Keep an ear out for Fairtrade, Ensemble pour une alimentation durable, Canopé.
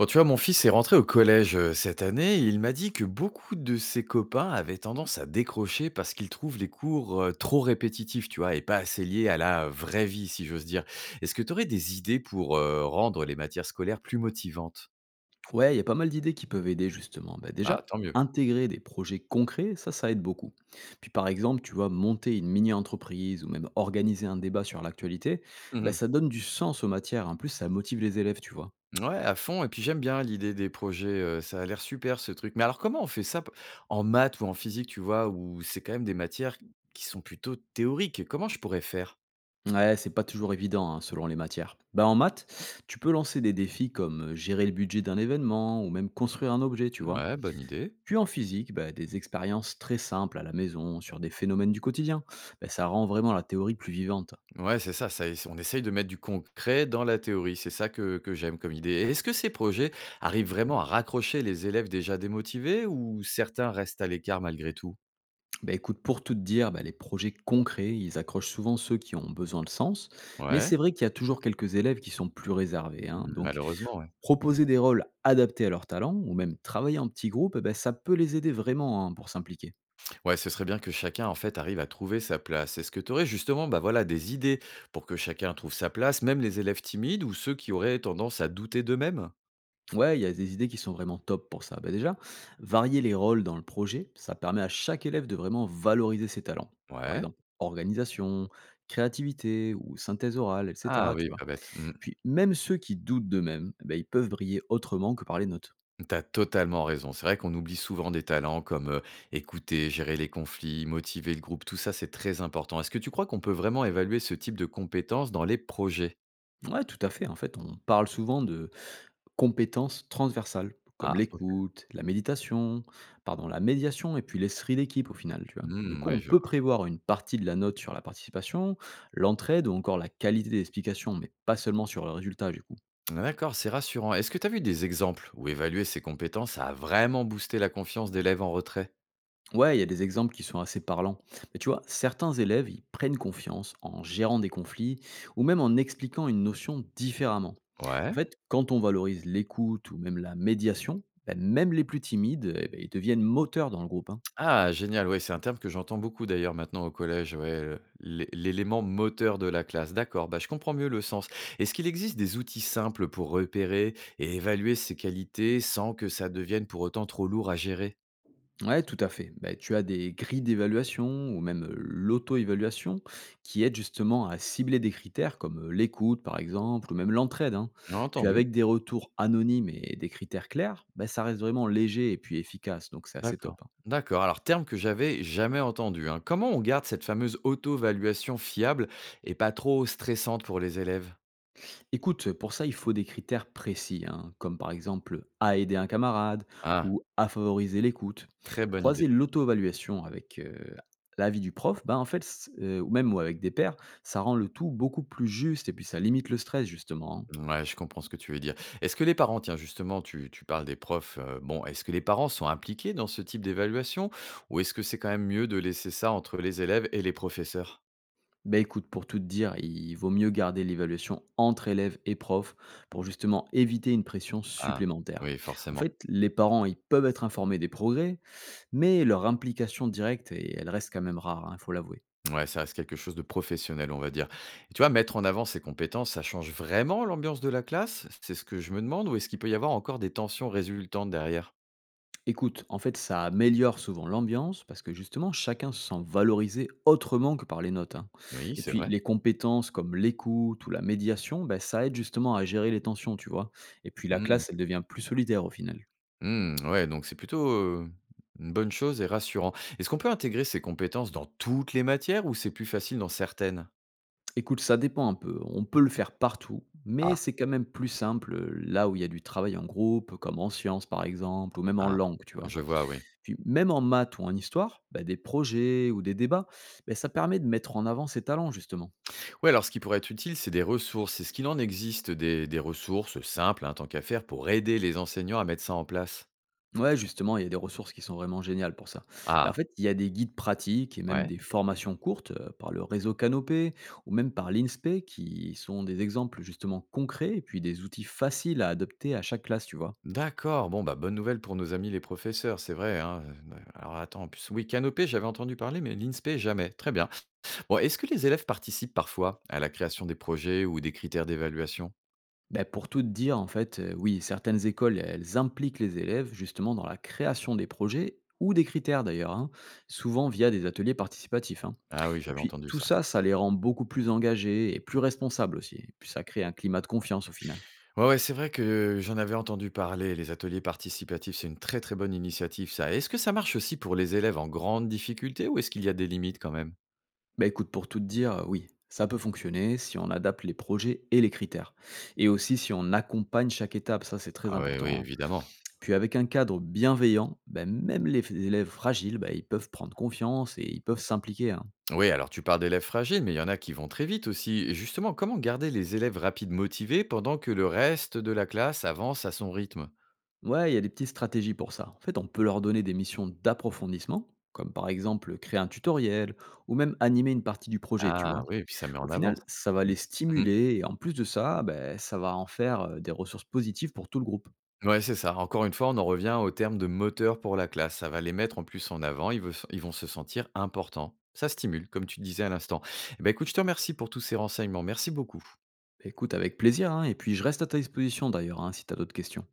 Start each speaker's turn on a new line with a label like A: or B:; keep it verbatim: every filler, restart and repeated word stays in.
A: Bon, tu vois, mon fils est rentré au collège euh, cette année et il m'a dit que beaucoup de ses copains avaient tendance à décrocher parce qu'ils trouvent les cours euh, trop répétitifs, tu vois, et pas assez liés à la vraie vie, si j'ose dire. Est-ce que tu aurais des idées pour euh, rendre les matières scolaires plus motivantes?
B: Ouais, il y a pas mal d'idées qui peuvent aider justement. Bah,
A: Ah,
B: déjà,
A: tant mieux.
B: intégrer des projets concrets, ça, ça aide beaucoup. Puis par exemple, tu vois, monter une mini-entreprise ou même organiser un débat sur l'actualité, bah,
A: Mhm.
B: ça donne du sens aux matières. En plus, ça motive les élèves, tu vois.
A: Ouais, à fond. Et puis j'aime bien l'idée des projets. Euh, ça a l'air super ce truc. Mais alors comment on fait ça p- en maths ou en physique, tu vois, où c'est quand même des matières qui sont plutôt théoriques? Comment je pourrais faire?
B: Ouais, c'est pas toujours évident hein, selon les matières. Bah, en maths, tu peux lancer des défis comme gérer le budget d'un événement ou même construire un objet, tu vois.
A: Ouais, bonne idée.
B: Puis en physique, bah, des expériences très simples à la maison sur des phénomènes du quotidien. Bah, ça rend vraiment la théorie plus vivante.
A: Ouais, c'est ça, ça ess on essaye de mettre du concret dans la théorie, c'est ça que que j'aime comme idée. Et est-ce que ces projets arrivent vraiment à raccrocher les élèves déjà démotivés ou certains restent à l'écart malgré tout?
B: Bah écoute, pour tout te dire, bah, les projets concrets, ils accrochent souvent ceux qui ont besoin de sens, mais
A: Ouais,
B: c'est vrai qu'il y a toujours quelques élèves qui sont plus réservés, hein. Donc,
A: malheureusement, ouais.
B: proposer des rôles adaptés à leurs talents, ou même travailler en petit groupe, eh ben, ça peut les aider vraiment hein, pour s'impliquer.
A: Ouais, ce serait bien que chacun, en fait, arrive à trouver sa place. Est-ce que tu aurais justement, bah, voilà, des idées pour que chacun trouve sa place, même les élèves timides ou ceux qui auraient tendance à douter d'eux-mêmes?
B: Ouais, il y a des idées qui sont vraiment top pour ça. Bah déjà, varier les rôles dans le projet, ça permet à chaque élève de vraiment valoriser ses talents. Par
A: Ouais.
B: exemple, organisation, créativité ou synthèse orale,
A: Ah
B: et cetera. Tu
A: oui,
B: vois.
A: pas bête. Mmh.
B: Puis même ceux qui doutent d'eux-mêmes, eh ben, ils peuvent briller autrement que par les notes.
A: T'as totalement raison. C'est vrai qu'on oublie souvent des talents comme euh, écouter, gérer les conflits, motiver le groupe. Tout ça, c'est très important. Est-ce que tu crois qu'on peut vraiment évaluer ce type de compétences dans les projets?
B: Ouais, tout à fait. En fait, on parle souvent de compétences transversales, comme
A: Ah, ok.
B: l'écoute, la méditation, pardon, la médiation et puis l'esprit d'équipe au final, tu vois. Du
A: Hmm,
B: coup, on
A: ouais, je
B: peut
A: vois.
B: prévoir une partie de la note sur la participation, l'entraide ou encore la qualité des explications, mais pas seulement sur le résultat du coup.
A: Ah, d'accord, c'est rassurant. Est-ce que tu as vu des exemples où évaluer ces compétences a vraiment boosté la confiance d'élèves en retrait?
B: Ouais, il y a des exemples qui sont assez parlants. Mais tu vois, certains élèves, ils prennent confiance en gérant des conflits ou même en expliquant une notion différemment. En
A: Ouais.
B: fait, quand on valorise l'écoute ou même la médiation, ben, même les plus timides, eh ben, ils deviennent moteurs dans le groupe, hein.
A: Ah génial, ouais, c'est un terme que j'entends beaucoup d'ailleurs maintenant au collège, ouais, heu, l'é l'élément moteur de la classe. D'accord, bah, je comprends mieux le sens. Est-ce qu'il existe des outils simples pour repérer et évaluer ces qualités sans que ça devienne pour autant trop lourd à gérer?
B: Ouais, tout à fait. Bah, tu as des grilles d'évaluation ou même euh, l'auto-évaluation qui aident justement à cibler des critères comme euh, l'écoute, par exemple, ou même l'entraide, hein. Puis
A: Entendu.
B: avec des retours anonymes et des critères clairs, bah, ça reste vraiment léger et puis efficace. Donc c'est assez
A: D'accord.
B: top, hein.
A: D'accord, alors terme que j'avais jamais entendu, hein. Comment on garde cette fameuse auto-évaluation fiable et pas trop stressante pour les élèves?
B: Écoute, pour ça, il faut des critères précis, hein, comme par exemple à aider un camarade
A: Ah,
B: ou à favoriser l'écoute.
A: très bonne idée.
B: Croiser l'auto-évaluation avec euh, l'avis du prof, ben en fait, c- euh, ou même avec des pairs, ça rend le tout beaucoup plus juste et puis ça limite le stress justement, hein.
A: Ouais, je comprends ce que tu veux dire. Est-ce que les parents, tiens, justement, tu, tu parles des profs, euh, bon, est-ce que les parents sont impliqués dans ce type d'évaluation ou est-ce que c'est quand même mieux de laisser ça entre les élèves et les professeurs?
B: Bah écoute, pour tout te dire, il vaut mieux garder l'évaluation entre élèves et profs pour justement éviter une pression
A: Ah,
B: supplémentaire.
A: oui,
B: En
A: forcément.
B: fait, les parents, ils peuvent être informés des progrès, mais leur implication directe, eh, elle reste quand même rare, il faut l'avouer.
A: Ouais, ça reste quelque chose de professionnel, on va dire. Et tu vois, mettre en avant ses compétences, ça change vraiment l'ambiance de la classe? C'est ce que je me demande, ou est-ce qu'il peut y avoir encore des tensions résultantes derrière?
B: Écoute, en fait, ça améliore souvent l'ambiance parce que justement, chacun se sent valorisé autrement que par les notes, hein.
A: Oui,
B: Et
A: c'est
B: puis,
A: vrai.
B: les compétences comme l'écoute ou la médiation, ben, ça aide justement à gérer les tensions, tu vois. Et puis, la
A: Mmh.
B: classe, elle devient plus solidaire au final.
A: Mmh, ouais, donc c'est plutôt, heu, une bonne chose et rassurant. Est-ce qu'on peut intégrer ces compétences dans toutes les matières ou c'est plus facile dans certaines?
B: Écoute, ça dépend un peu. On peut le faire partout, mais
A: Ah,
B: c'est quand même plus simple euh, là où il y a du travail en groupe, comme en sciences par exemple, ou même en
A: ah.
B: langue, tu vois.
A: Je vois, oui.
B: Puis même en maths ou en histoire, ben, des projets ou des débats, ben, ça permet de mettre en avant ses talents justement.
A: Ouais, alors ce qui pourrait être utile, c'est des ressources. Est-ce qu'il en existe des des ressources simples, hein, tant qu'à faire, pour aider les enseignants à mettre ça en place?
B: Ouais, justement, il y a des ressources qui sont vraiment géniales pour ça. Bah, en
A: Ah,
B: fait, il y a des guides pratiques et même
A: ouais.
B: des formations courtes euh, par le réseau Canopé ou même par l'INSPE qui sont des exemples justement concrets et puis des outils faciles à adopter à chaque classe, tu vois.
A: D'accord, bon, bah, bonne nouvelle pour nos amis les professeurs, c'est vrai, hein, heu, alors attends, en plus, oui, Canopé, j'avais entendu parler, mais l'inspé, jamais. Très bien. Bon, est-ce que les élèves participent parfois à la création des projets ou des critères d'évaluation?
B: Bah, pour tout te dire, en fait, euh, oui, certaines écoles, elles impliquent les élèves justement dans la création des projets ou des critères d'ailleurs, hein, souvent via des ateliers participatifs, hein.
A: Ah oui,
B: Et
A: j'avais
B: puis
A: entendu
B: tout
A: ça.
B: ça, ça les rend beaucoup plus engagés et plus responsables aussi. Et puis ça crée un climat de confiance au final.
A: Ouais, ouais, c'est vrai que j'en avais entendu parler. Les ateliers participatifs, c'est une très très bonne initiative, ça. Est-ce que ça marche aussi pour les élèves en grande difficulté ou est-ce qu'il y a des limites quand même?
B: Bah écoute, pour tout te dire, euh, oui, ça peut fonctionner si on adapte les projets et les critères. Et aussi si on accompagne chaque étape, ça c'est très
A: Ah oui, oui,
B: important, hein.
A: évidemment.
B: Puis avec un cadre bienveillant, bah même les f élèves fragiles, bah ils peuvent prendre confiance et ils peuvent s'impliquer, hein.
A: Oui, alors tu parles d'élèves fragiles, mais il y en a qui vont très vite aussi. Et justement, comment garder les élèves rapides motivés pendant que le reste de la classe avance à son rythme?
B: Ouais, il y a des petites stratégies pour ça. En fait, on peut leur donner des missions d'approfondissement, comme par exemple, créer un tutoriel ou même animer une partie du projet, tu vois?
A: Ah oui, et puis ça met
B: Au
A: en avance.
B: final, ça va les stimuler et en plus de ça, beh, ça va en faire, heu, des ressources positives pour tout le groupe.
A: Ouais, c'est ça. Encore une fois, on en revient au terme de moteur pour la classe. Ça va les mettre en plus en avant. Ils, veu- ils vont se sentir importants. Ça stimule, comme tu disais à l'instant. Eh ben, écoute, je te remercie pour tous ces renseignements. Merci beaucoup.
B: Écoute, avec plaisir, hein, et puis je reste à ta disposition d'ailleurs, hein, si tu as d'autres questions.